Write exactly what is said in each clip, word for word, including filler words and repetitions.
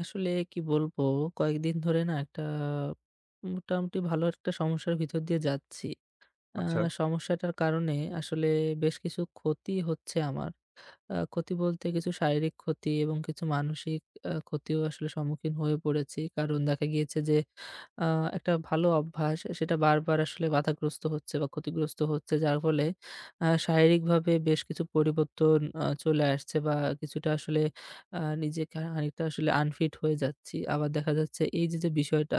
আসলে কি বলবো? কয়েকদিন ধরে না একটা মোটামুটি ভালো একটা সমস্যার ভিতর দিয়ে যাচ্ছি। আ আচ্ছা। সমস্যাটার কারণে আসলে বেশ কিছু ক্ষতি হচ্ছে আমার। আ ক্ষতি বলতে কিছু শারীরিক ক্ষতি এবং কিছু মানসিক আ ক্ষতিও আসলে সম্মুখীন হয়ে পড়েছি। কারণ দেখা গিয়েছে যে আ একটা ভালো অভ্যাস সেটা বারবার আসলে বাধাগ্রস্ত হচ্ছে বা ক্ষতিগ্রস্ত হচ্ছে। যার ফলে আ শারীরিকভাবে বেশ কিছু পরিবর্তন আ চলে আসছে বা কিছুটা আসলে আ নিজেকে খানিকটা আসলে আনফিট হয়ে যাচ্ছি। আবার দেখা যাচ্ছে এই যে, যে বিষয়টা,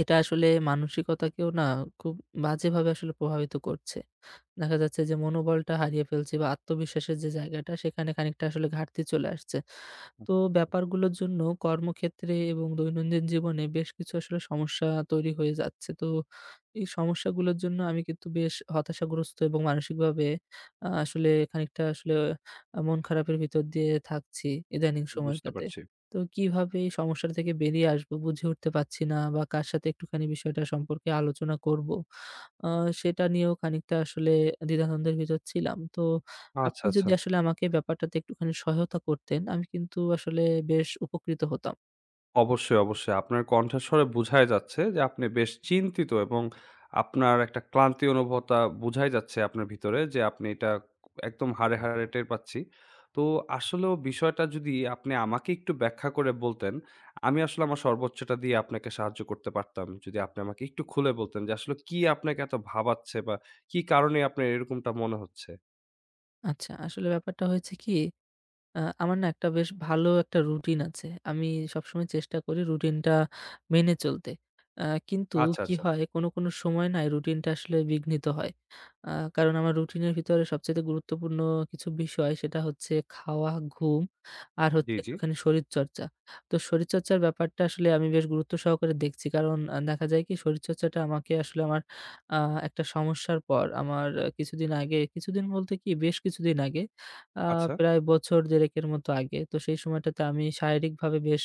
এটা আসলে মানসিকতাকেও না খুব বাজেভাবে আসলে প্রভাবিত করছে। দেখা যাচ্ছে যে মনোবলটা হারিয়ে ফেলছি বা আত্মবিশ্বাসের যে জায়গাটা সেখানে খানিকটা আসলে ঘাটতি চলে আসছে। তো ব্যাপারগুলোর জন্য কর্মক্ষেত্রে এবং দৈনন্দিন জীবনে বেশ কিছু আসলে সমস্যা তৈরি হয়ে যাচ্ছে। তো এই সমস্যাগুলোর জন্য আমি কিন্তু বেশ হতাশাগ্রস্ত এবং মানসিকভাবে আ আসলে খানিকটা আসলে আ মন খারাপের ভিতর দিয়ে থাকছি ইদানিং বুঝতে সময়টাতে। পারছি। তো কিভাবে এই সমস্যা থেকে বেরিয়ে আসবো বুঝে উঠতে পারছি না বা কার সাথে একটুখানি বিষয়টা সম্পর্কে আলোচনা করব? আ সেটা নিয়েও খানিকটা আসলে দ্বিধাদ্বন্দ্বের ভিতর ছিলাম। তো আচ্ছা, আপনি আচ্ছা। যদি আসলে আমাকে ব্যাপারটাতে একটুখানি সহায়তা করতেন, আমি কিন্তু আসলে বেশ উপকৃত হতাম। অবশ্যই, অবশ্যই। আপনার কণ্ঠস্বরে বুঝাই যাচ্ছে যে আপনি বেশ চিন্তিত এবং আপনার একটা ক্লান্তি অনুভূতা বুঝাই যাচ্ছে আপনার ভিতরে যে আপনি এটা একদম হাড়ে, হাড়ে টের পাচ্ছি। তো আসলেও বিষয়টা যদি আপনি আমাকে একটু ব্যাখ্যা করে বলতেন, আমি আসলে আমার সর্বোচ্চটা দিয়ে আপনাকে সাহায্য করতে পারতাম। যদি আপনি আমাকে একটু খুলে বলতেন যে আসলে কি আপনাকে এত ভাবাচ্ছে বা কি কারণে আপনার এরকমটা মনে হচ্ছে? আচ্ছা, আসলে ব্যাপারটা হয়েছে কি আ আমার না একটা বেশ ভালো একটা রুটিন আছে। আমি সবসময় চেষ্টা করি রুটিনটা মেনে চলতে। আ কিন্তু আচ্ছা, কি আচ্ছা। হয় কোনো, কোনো সময় না এই রুটিনটা আসলে বিঘ্নিত হয়। আ কারণ আমার রুটিনের ভিতরে সবচাইতে গুরুত্বপূর্ণ কিছু বিষয় সেটা হচ্ছে খাওয়া, ঘুম আর হচ্ছে জি, জি। একটুখানি শরীরচর্চা। তো শরীরচর্চার ব্যাপারটা আসলে আমি বেশ গুরুত্ব সহকারে দেখছি। কারণ আ দেখা যায় কি শরীরচর্চাটা আমাকে আসলে আমার আ একটা সমস্যার পর আমার আহ, কিছুদিন আগে কিছুদিন বলতে কি বেশ কিছুদিন আগে আ আচ্ছা, প্রায় বছর দেড় এর মতো আগে। তো সেই সময়টাতে আমি শারীরিকভাবে বেশ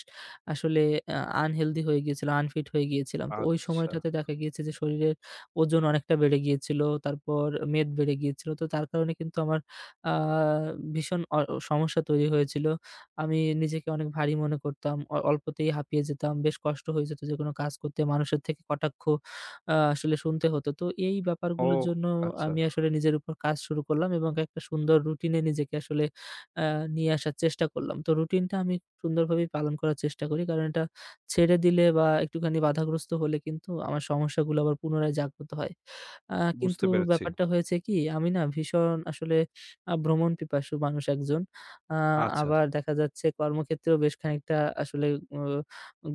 আসলে আ আনহেলদি হয়ে গিয়েছিলাম, আনফিট হয়ে গিয়েছিলাম। তো ওই আচ্ছা। সময়টাতে দেখা গিয়েছে যে শরীরের ওজন অনেকটা বেড়ে গিয়েছিল। তারপর মেদ বেড়ে গিয়েছিল। তো তার কারণে কিন্তু আমার আ ভীষণ অ সমস্যা তৈরি হয়েছিল। আমি নিজেকে অনেক ভারী মনে করতাম। অ অল্পতেই হাঁপিয়ে যেতাম। বেশ কষ্ট হয়ে যেত যেকোনো কাজ করতে। মানুষের থেকে কটাক্ষ আ আসলে শুনতে হতো। তো এই ও ব্যাপারগুলোর জন্য আচ্ছা, আমি আসলে নিজের উপর কাজ শুরু করলাম এবং একটা সুন্দর রুটিনে নিজেকে আসলে আ নিয়ে আসার চেষ্টা করলাম। তো রুটিনটা আমি সুন্দরভাবেই পালন করার চেষ্টা করি। কারণ এটা ছেড়ে দিলে বা একটুখানি বাধাগ্রস্ত হলে কিন্তু আমার সমস্যাগুলো আবার পুনরায় জাগ্রত হয়। আ বুঝতে কিন্তু পেরেছি। ব্যাপারটা হয়েছে কি আমি না ভীষণ আসলে আ ভ্রমণ পিপাসু মানুষ একজন। আ আচ্ছা, আবার দেখা যাচ্ছে কর্মক্ষেত্রেও বেশ খানিকটা আসলে উ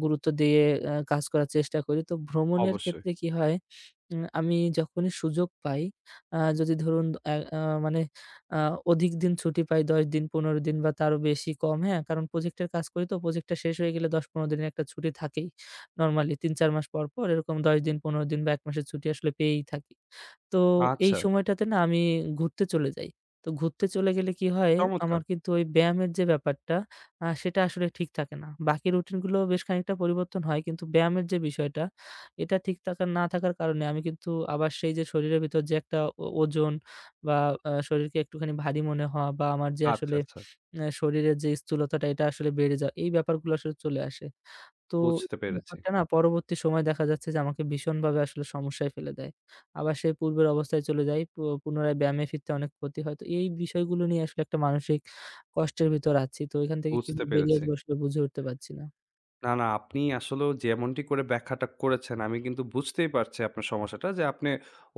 গুরুত্ব দিয়ে আ কাজ করার চেষ্টা করি। তো ভ্রমণের অবশ্যই। ক্ষেত্রে কি হয়, উম আমি যখনই সুযোগ পাই, আ যদি ধরুন অ্যা আ মানে আ অধিক দিন ছুটি পাই দশ দিন, পনেরো দিন বা তারও বেশি কম, হ্যাঁ? কারণ প্রজেক্টের কাজ করি তো প্রজেক্টটা শেষ হয়ে গেলে দশ পনেরো দিনের একটা ছুটি থাকেই। নরমালি তিন চার মাস পর, পর এরকম দশ দিন, পনেরো দিন বা এক মাসের ছুটি আসলে পেয়েই থাকি। তো এই আচ্ছা, সময়টাতে না আমি ঘুরতে চলে যাই। তো ঘুরতে চলে গেলে কি হয়, আমার চমৎকার! কিন্তু ওই ব্যায়ামের যে ব্যাপারটা আ সেটা আসলে ঠিক থাকে না। বাকি রুটিনগুলো বেশ খানিকটা পরিবর্তন হয়। কিন্তু ব্যায়ামের যে বিষয়টা, এটা ঠিক থাকা না থাকার কারণে আমি কিন্তু আবার সেই যে শরীরের ভিতর যে একটা ও ওজন বা আ শরীরকে একটুখানি ভারী মনে হওয়া বা আমার যে আচ্ছা, আসলে আচ্ছা। আ শরীরের যে স্থূলতাটা এটা আসলে বেড়ে যাওয়া, এই ব্যাপারগুলো আসলে চলে আসে। তো বুঝতে এই পেরেছি, ব্যাপারটা না পরবর্তী সময়ে দেখা যাচ্ছে যে আমাকে ভীষণভাবে আসলে সমস্যায় ফেলে দেয়। আবার সেই পূর্বের অবস্থায় চলে যাই। পু পুনরায় ব্যায়ামে ফিরতে অনেক ক্ষতি হয়। তো এই বিষয়গুলো নিয়ে আসলে একটা মানসিক কষ্টের ভিতর আছি। তো এখান থেকে বুঝতে কিভাবে বেরিয়ে পেরেছি। আসবো আসলে বুঝে উঠতে পারছি না। না, না, আপনি আসলেও যেমনটি করে ব্যাখ্যাটা করেছেন, আমি কিন্তু বুঝতেই পারছি আপনার সমস্যাটা যে আপনি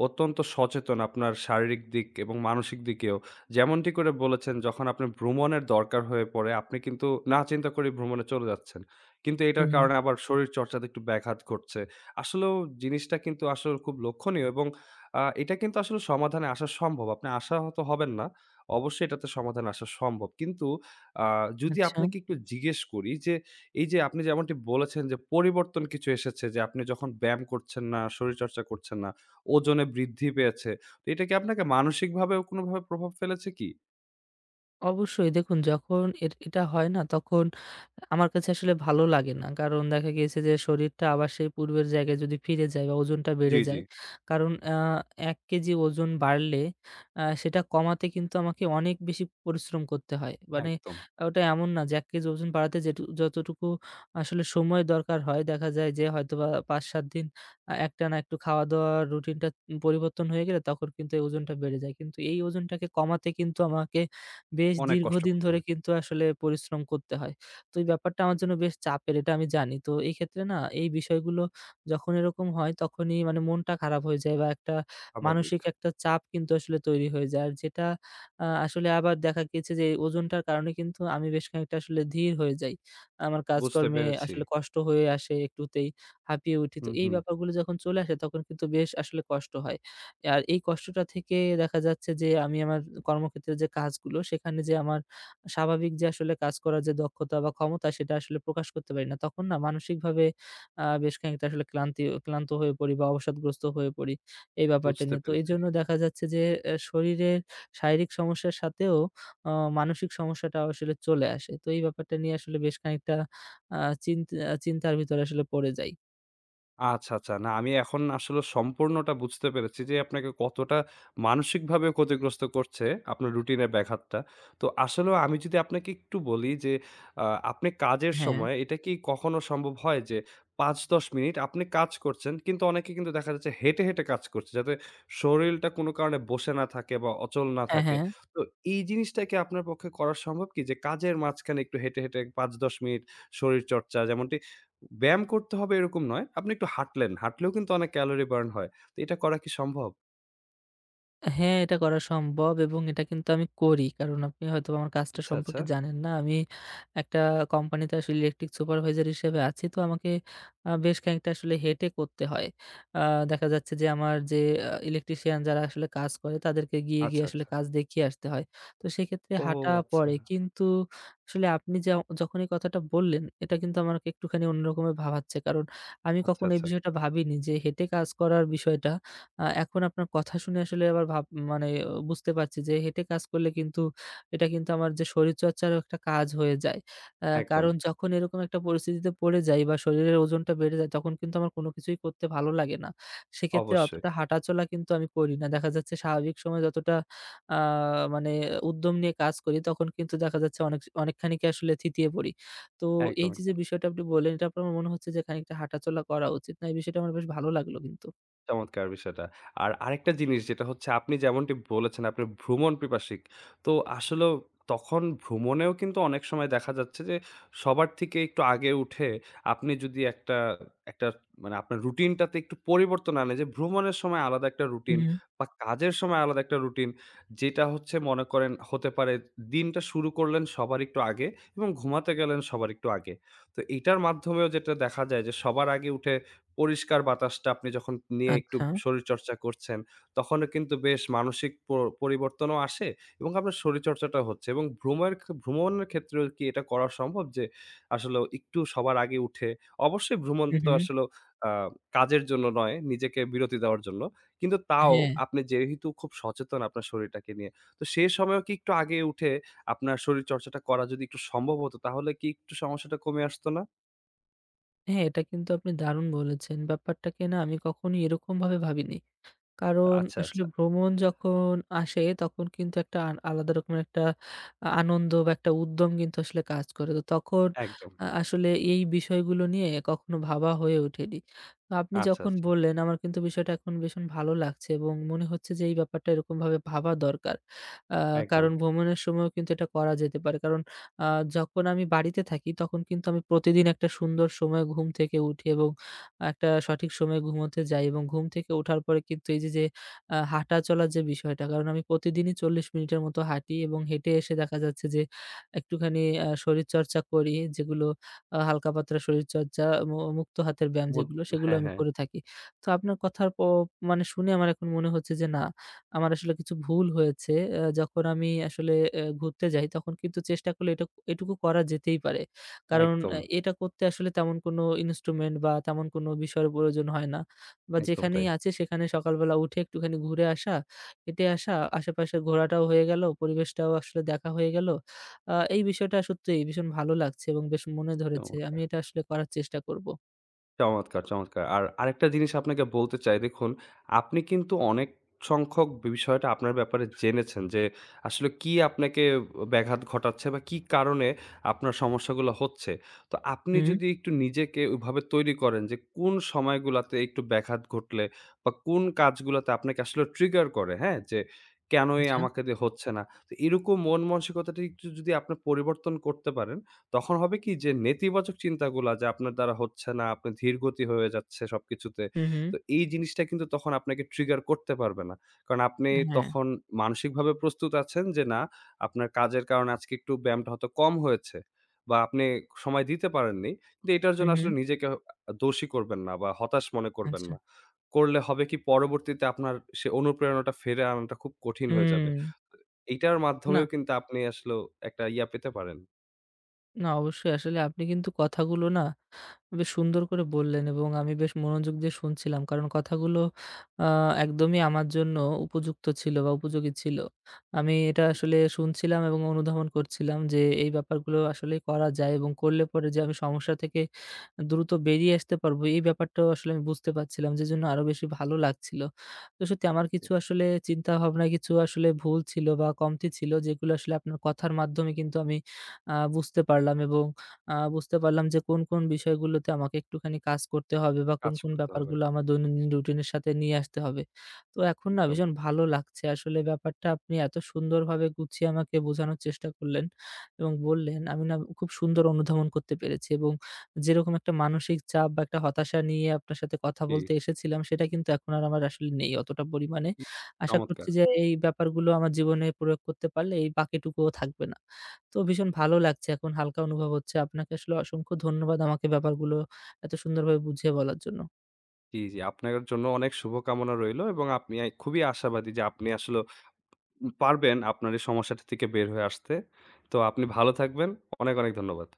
অত্যন্ত সচেতন আপনার শারীরিক দিক এবং মানসিক দিকেও। যেমনটি করে বলেছেন যখন আপনার ভ্রমণের দরকার হয়ে পড়ে, আপনি কিন্তু না চিন্তা করেই ভ্রমণে চলে যাচ্ছেন। কিন্তু হু, এটার হু। কারণে আবার শরীরচর্চাতে একটু ব্যাঘাত ঘটছে। আসলেও জিনিসটা কিন্তু আসলে খুব লক্ষণীয় এবং আ এটা কিন্তু আসলে সমাধানে আসা সম্ভব। আপনি আশাহত হবেন না। অবশ্যই এটাতে সমাধান আসা সম্ভব। কিন্তু আ যদি আচ্ছা। আপনাকে একটু জিজ্ঞেস করি যে এই যে আপনি যেমনটি বলেছেন যে পরিবর্তন কিছু এসেছে যে আপনি যখন ব্যায়াম করছেন না, শরীরচর্চা করছেন না, ওজনে বৃদ্ধি পেয়েছে। তো এটা কি আপনাকে মানসিকভাবেও কোনোভাবে প্রভাব ফেলেছে কি? অবশ্যই দেখুন যখন এ এটা হয় না তখন আমার কাছে আসলে ভালো লাগে না। কারণ দেখা গিয়েছে যে শরীরটা আবার সেই পূর্বের জায়গায় যদি ফিরে যায় বা ওজনটা জি, বেড়ে জি। যায়। কারণ আ এক কেজি ওজন বাড়লে আ সেটা কমাতে কিন্তু আমাকে অনেক বেশি পরিশ্রম করতে হয়। মানে একদম। ওটা এমন না যে এক কেজি ওজন বাড়াতে যেটু যতটুকু আসলে সময় দরকার হয় দেখা যায় যে হয়তোবা পাঁচ সাত দিন আ একটানা একটু খাওয়া-দাওয়ার রুটিনটা পরিবর্তন হয়ে গেলে তখন কিন্তু এই ওজনটা বেড়ে যায়। কিন্তু এই ওজনটাকে কমাতে কিন্তু আমাকে বেশ অনেক কষ্ট দীর্ঘদিন করতে ধরে হয়। কিন্তু আসলে পরিশ্রম করতে হয়। তো এই ব্যাপারটা আমার জন্য বেশ চাপের এটা আমি জানি। তো এই ক্ষেত্রে না এই বিষয়গুলো যখন এরকম হয় তখনই মানে মনটা খারাপ হয়ে যায় বা একটা স্বাভাবিক। মানসিক একটা চাপ কিন্তু আসলে তৈরি হয়ে যায়। আর যেটা আ আসলে আবার দেখা গিয়েছে যে এই ওজনটার কারণে কিন্তু আমি বেশ খানিকটা আসলে ধীর হয়ে যাই। আমার বুঝতে কাজকর্মে পেরেছি। আসলে কষ্ট হয়ে আসে একটুতেই হাঁপিয়ে উঠি। তো হুম, এই হুম। ব্যাপারগুলো যখন চলে আসে তখন কিন্তু বেশ আসলে কষ্ট হয়। আর এই কষ্টটা থেকে দেখা যাচ্ছে যে আমি আমার কর্মক্ষেত্রে যে কাজগুলো সেখানে যে আমার স্বাভাবিক যে আসলে কাজ করার যে দক্ষতা বা ক্ষমতা সেটা আসলে প্রকাশ করতে পারি না। তখন না মানসিকভাবে আ বেশ খানিকটা আসলে ক্লান্তি ক্লান্ত হয়ে পড়ি বা অবসাদগ্রস্ত হয়ে পড়ি এই ব্যাপারটা বুঝতে নিয়ে। তো পেরেছি। এজন্য দেখা যাচ্ছে যে অ্যা শরীরের শারীরিক সমস্যার সাথেও অ মানসিক সমস্যাটাও আসলে চলে আসে। তো এই ব্যাপারটা নিয়ে আসলে বেশ খানিকটা আ চিন্ত চিন্তার ভিতরে আসলে পড়ে যাই। আচ্ছা, আচ্ছা। না আমি এখন আসলে সম্পূর্ণটা বুঝতে পেরেছি যে আপনাকে কতটা মানসিকভাবে ক্ষতিগ্রস্ত করছে আপনার রুটিনের ব্যাঘাতটা। তো আসলেও আমি যদি আপনাকে একটু বলি যে আ আপনি কাজের হ্যাঁ। সময় এটা কি কখনো সম্ভব হয় যে পাঁচ দশ মিনিট আপনি কাজ করছেন কিন্তু অনেকে কিন্তু দেখা যাচ্ছে হেঁটে, হেঁটে কাজ করছে যাতে শরীলটা কোনো কারণে বসে না থাকে বা অচল না হ্যাঁ, থাকে। হ্যাঁ। তো এই জিনিসটা কি আপনার পক্ষে করা সম্ভব কি যে কাজের মাঝখানে একটু হেঁটে, হেঁটে পাঁচ দশ মিনিট শরীরচর্চা যেমনটি ব্যায়াম করতে হবে এরকম নয়। আপনি একটু হাঁটলেন। হাঁটলেও কিন্তু অনেক ক্যালোরি বার্ন হয়। তো এটা করা কি সম্ভব? হ্যাঁ, এটা করা সম্ভব এবং এটা কিন্তু আমি করি। কারণ আপনি হয়তো আমার কাজটা আচ্ছা, আচ্ছা। সম্পর্কে জানেন না। আমি একটা কোম্পানিতে আসলে ইলেকট্রিক সুপারভাইজার হিসেবে আছি। তো আমাকে আ বেশ খানিকটা আসলে হেঁটে করতে হয়। আ দেখা যাচ্ছে যে আমার যে আ ইলেকট্রিশিয়ান যারা আসলে কাজ করে তাদেরকে গিয়ে, গিয়ে আচ্ছা, আসলে আচ্ছা। কাজ দেখিয়ে আসতে হয়। তো সেক্ষেত্রে ও হাঁটা আচ্ছা। পড়ে। কিন্তু আসলে আপনি যা যখন এই কথাটা বললেন এটা কিন্তু আমাকে একটুখানি অন্যরকমে ভাবাচ্ছে। কারণ আমি আচ্ছা, কখনো এই আচ্ছা। বিষয়টা ভাবিনি যে হেঁটে কাজ করার বিষয়টা আ এখন আপনার কথা শুনে আসলে আবার ভাব মানে আহ, বুঝতে পারছি যে হেঁটে কাজ করলে কিন্তু এটা কিন্তু আমার যে শরীরচর্চারও একটা কাজ হয়ে যায়। আ একদম। কারণ যখন এরকম একটা পরিস্থিতিতে পড়ে যাই বা শরীরের ওজনটা বেড়ে যায় তখন কিন্তু আমার কোনো কিছুই করতে ভালো লাগে না। সেক্ষেত্রে অবশ্যই। অতটা হাঁটাচলা কিন্তু আমি করি না। দেখা যাচ্ছে স্বাভাবিক সময়ে যতটা আ মানে উদ্যম নিয়ে কাজ করি তখন কিন্তু দেখা যাচ্ছে অনেক অনেকখানি কি আসলে থিতিয়ে পড়ি। তো এই একদম। যে, যে বিষয়টা আপনি বললেন এটা আপনার মনে হচ্ছে যে খানিকটা হাঁটাচলা করা উচিত। না এই বিষয়টা আমার বেশ ভালো লাগলো কিন্তু। চমৎকার বিষয়টা। আর আরেকটা জিনিস যেটা হচ্ছে আপনি যেমনটি বলেছেন আপনি ভ্রমণ পিপাসিক। তো আসলেও তখন ভ্রমণেও কিন্তু অনেক সময় দেখা যাচ্ছে যে সবার থেকে একটু আগে উঠে আপনি যদি একটা একটা মানে আপনার রুটিনটাতে একটু পরিবর্তন আনে যে ভ্রমণের সময় আলাদা একটা রুটিন হুম। বা কাজের সময় আলাদা একটা রুটিন যেটা হচ্ছে মনে করেন হতে পারে দিনটা শুরু করলেন সবার একটু আগে এবং ঘুমাতে গেলেন সবার একটু আগে। তো এটার মাধ্যমেও যেটা দেখা যায় যে সবার আগে উঠে পরিষ্কার বাতাসটা আপনি যখন নিয়ে একটু আচ্ছা। শরীরচর্চা করছেন, তখনও কিন্তু বেশ মানসিক প পরিবর্তনও আসে এবং আপনার শরীরচর্চাটা হচ্ছে এবং ভ্রমের খ ভ্রমণের ক্ষেত্রেও কি এটা করা সম্ভব? যে আসলেও একটু সবার আগে উঠে অবশ্যই ভ্রমণ হু, তো হু। আসলেও আ কাজের জন্য নয়, নিজেকে বিরতি দেওয়ার জন্য। কিন্তু তাও হ্যাঁ, আপনি যেহেতু খুব সচেতন আপনার শরীরটাকে নিয়ে, তো সে সময়েও কি একটু আগে উঠে আপনার শরীরচর্চাটা করা যদি একটু সম্ভব হতো, তাহলে কি একটু সমস্যাটা কমে আসতো না? হ্যাঁ, এটা কিন্তু আপনি দারুণ বলেছেন। ব্যাপারটাকে না আমি কখনোই এরকমভাবে ভাবিনি। কারণ আচ্ছা, আসলে আচ্ছা। ভ্রমণ যখন আসে তখন কিন্তু একটা আ আলাদা রকমের একটা আ আনন্দ বা একটা উদ্যম কিন্তু আসলে কাজ করে। তো তখন একদম। আ আসলে এই বিষয়গুলো নিয়ে কখনো ভাবা হয়ে ওঠেনি। তো আপনি আচ্ছা, যখন আচ্ছা। বললেন আমার কিন্তু বিষয়টা এখন ভীষণ ভালো লাগছে এবং মনে হচ্ছে যে এই ব্যাপারটা এরকমভাবে ভাবা দরকার। আ একদম। কারণ ভ্রমণের সময়ও কিন্তু এটা করা যেতে পারে। কারণ আ যখন আমি বাড়িতে থাকি তখন কিন্তু আমি প্রতিদিন একটা সুন্দর সময় ঘুম থেকে উঠি এবং একটা সঠিক সময়ে ঘুমোতে যাই এবং ঘুম থেকে ওঠার পরে কিন্তু এই যে, যে আ হাঁটা চলার যে বিষয়টা, কারণ আমি প্রতিদিনই চল্লিশ মিনিটের মতো হাঁটি এবং হেঁটে এসে দেখা যাচ্ছে যে একটুখানি আ শরীরচর্চা করি, যেগুলো আ হালকা পাতলা শরীরচর্চা মু মুক্ত হাতের ব্যায়াম বোদ যেগুলো, সেগুলো হ্যাঁ, আমি হ্যাঁ। করে থাকি। তো আপনার কথার প মানে শুনে আমার এখন মনে হচ্ছে যে না, আমার আসলে কিছু ভুল হয়েছে। আ যখন আমি আসলে অ্যা ঘুরতে যাই, তখন কিন্তু চেষ্টা করলে এটা এটুকু করা যেতেই পারে। কারণ একদম, আ এটা করতে আসলে তেমন কোনো ইনস্ট্রুমেন্ট বা তেমন কোনো বিষয়ের প্রয়োজন হয় না। বা একদম তাই। যেখানেই আছে সেখানে সকালবেলা উঠে একটুখানি ঘুরে আসা, হেঁটে আসা, আশেপাশে ঘোরাটাও হয়ে গেল, পরিবেশটাও আসলে দেখা হয়ে গেল। আ এই বিষয়টা সত্যিই ভীষণ ভালো লাগছে এবং বেশ মনে ধরেছে। আমি চমৎকার! এটা আসলে করার চেষ্টা করব। চমৎকার, চমৎকার। আর আরেকটা জিনিস আপনাকে বলতে চাই দেখুন, আপনি কিন্তু অনেক সংখ্যক বিষয়টা আপনার ব্যাপারে জেনেছেন যে, আসলে কি আপনাকে ব্যাঘাত ঘটাচ্ছে বা কি কারণে আপনার সমস্যাগুলো হচ্ছে। তো আপনি হুম, যদি একটু নিজেকে ওইভাবে তৈরি করেন যে, কোন সময়গুলাতে একটু ব্যাঘাত ঘটলে বা কোন কাজগুলাতে আপনাকে আসলে ট্রিগার করে, হ্যাঁ? যে কেনই আচ্ছা। আমাকে দিয়ে হচ্ছে না। তো এরকম মন মানসিকতাটা একটু যদি আপনি পরিবর্তন করতে পারেন তখন হবে কি যে নেতিবাচক চিন্তাগুলা যে আপনার দ্বারা হচ্ছে না, আপনি ধীরগতি হয়ে যাচ্ছে সবকিছুতে। হু, হুম। তো এই জিনিসটা কিন্তু তখন আপনাকে ট্রিগার করতে পারবে না। কারণ আপনি হ্যাঁ। তখন মানসিকভাবে প্রস্তুত আছেন যে না, আপনার কাজের কারণে আজকে একটু ব্যায়ামটা হয়তো কম হয়েছে বা আপনি সময় দিতে পারেননি। কিন্তু এটার হু, জন্য হুম। আসলে নিজেকে আ দোষী করবেন না বা হতাশ মনে করবেন আচ্ছা। না। করলে হবে কি পরবর্তীতে আপনার সে অনুপ্রেরণাটা ফিরে আনাটা খুব কঠিন হয়ে হুম। যাবে। এইটার না, মাধ্যমেও কিন্তু আপনি আসলেও একটা ইয়া পেতে পারেন। না অবশ্যই আসলে আপনি কিন্তু কথাগুলো না বেশ সুন্দর করে বললেন এবং আমি বেশ মনোযোগ দিয়ে শুনছিলাম। কারণ কথাগুলো আ একদমই আমার জন্য উপযুক্ত ছিল বা উপযোগী ছিল। আমি এটা আসলে শুনছিলাম এবং অনুধাবন করছিলাম যে এই ব্যাপারগুলো আসলেই করা যায় এবং করলে পরে যে আমি সমস্যা থেকে দ্রুত বেরিয়ে আসতে পারবো এই ব্যাপারটাও আসলে আমি বুঝতে পারছিলাম। যেজন্য আরো বেশি ভালো লাগছিল। তো সত্যি আমার কিছু আসলে চিন্তাভাবনায় কিছু আসলে ভুল ছিল বা কমতি ছিল যেগুলো আসলে আপনার কথার মাধ্যমে কিন্তু আমি আ বুঝতে পারলাম এবং আ বুঝতে পারলাম যে কোন, কোন বিষয়গুলোতে আমাকে একটুখানি কাজ করতে হবে বা কোন, কাজ কোন করতে হবে। ব্যাপারগুলো আমার দৈনন্দিন রুটিনের সাথে নিয়ে আসতে হবে। তো এখন না একদম। ভীষণ ভালো লাগছে। আসলে ব্যাপারটা আপনি এত সুন্দরভাবে গুছিয়ে আমাকে বোঝানোর চেষ্টা করলেন এবং বললেন আমি না খুব সুন্দর অনুধাবন করতে পেরেছি এবং যেরকম একটা মানসিক চাপ বা একটা হতাশা নিয়ে আপনার সাথে কথা জি, বলতে এসেছিলাম, সেটা কিন্তু এখন আর আমার আসলে নেই অতটা পরিমাণে। আশা চমৎকার। করছি যে এই ব্যাপারগুলো আমার জীবনে প্রয়োগ করতে পারলে এই বাকিটুকুও থাকবে না। তো ভীষণ ভালো লাগছে এখন হালকা অনুভব হচ্ছে। আপনাকে আসলে অসংখ্য ধন্যবাদ আমাকে ব্যাপারগুলো এত সুন্দরভাবে বুঝিয়ে বলার জন্য। জি, জি। আপনার জন্য অনেক শুভকামনা রইলো এবং আপনি আই খুবই আশাবাদী যে আপনি আসলেও উম পারবেন আপনার এই সমস্যাটা থেকে বের হয়ে আসতে। তো আপনি ভালো থাকবেন। অনেক, অনেক ধন্যবাদ।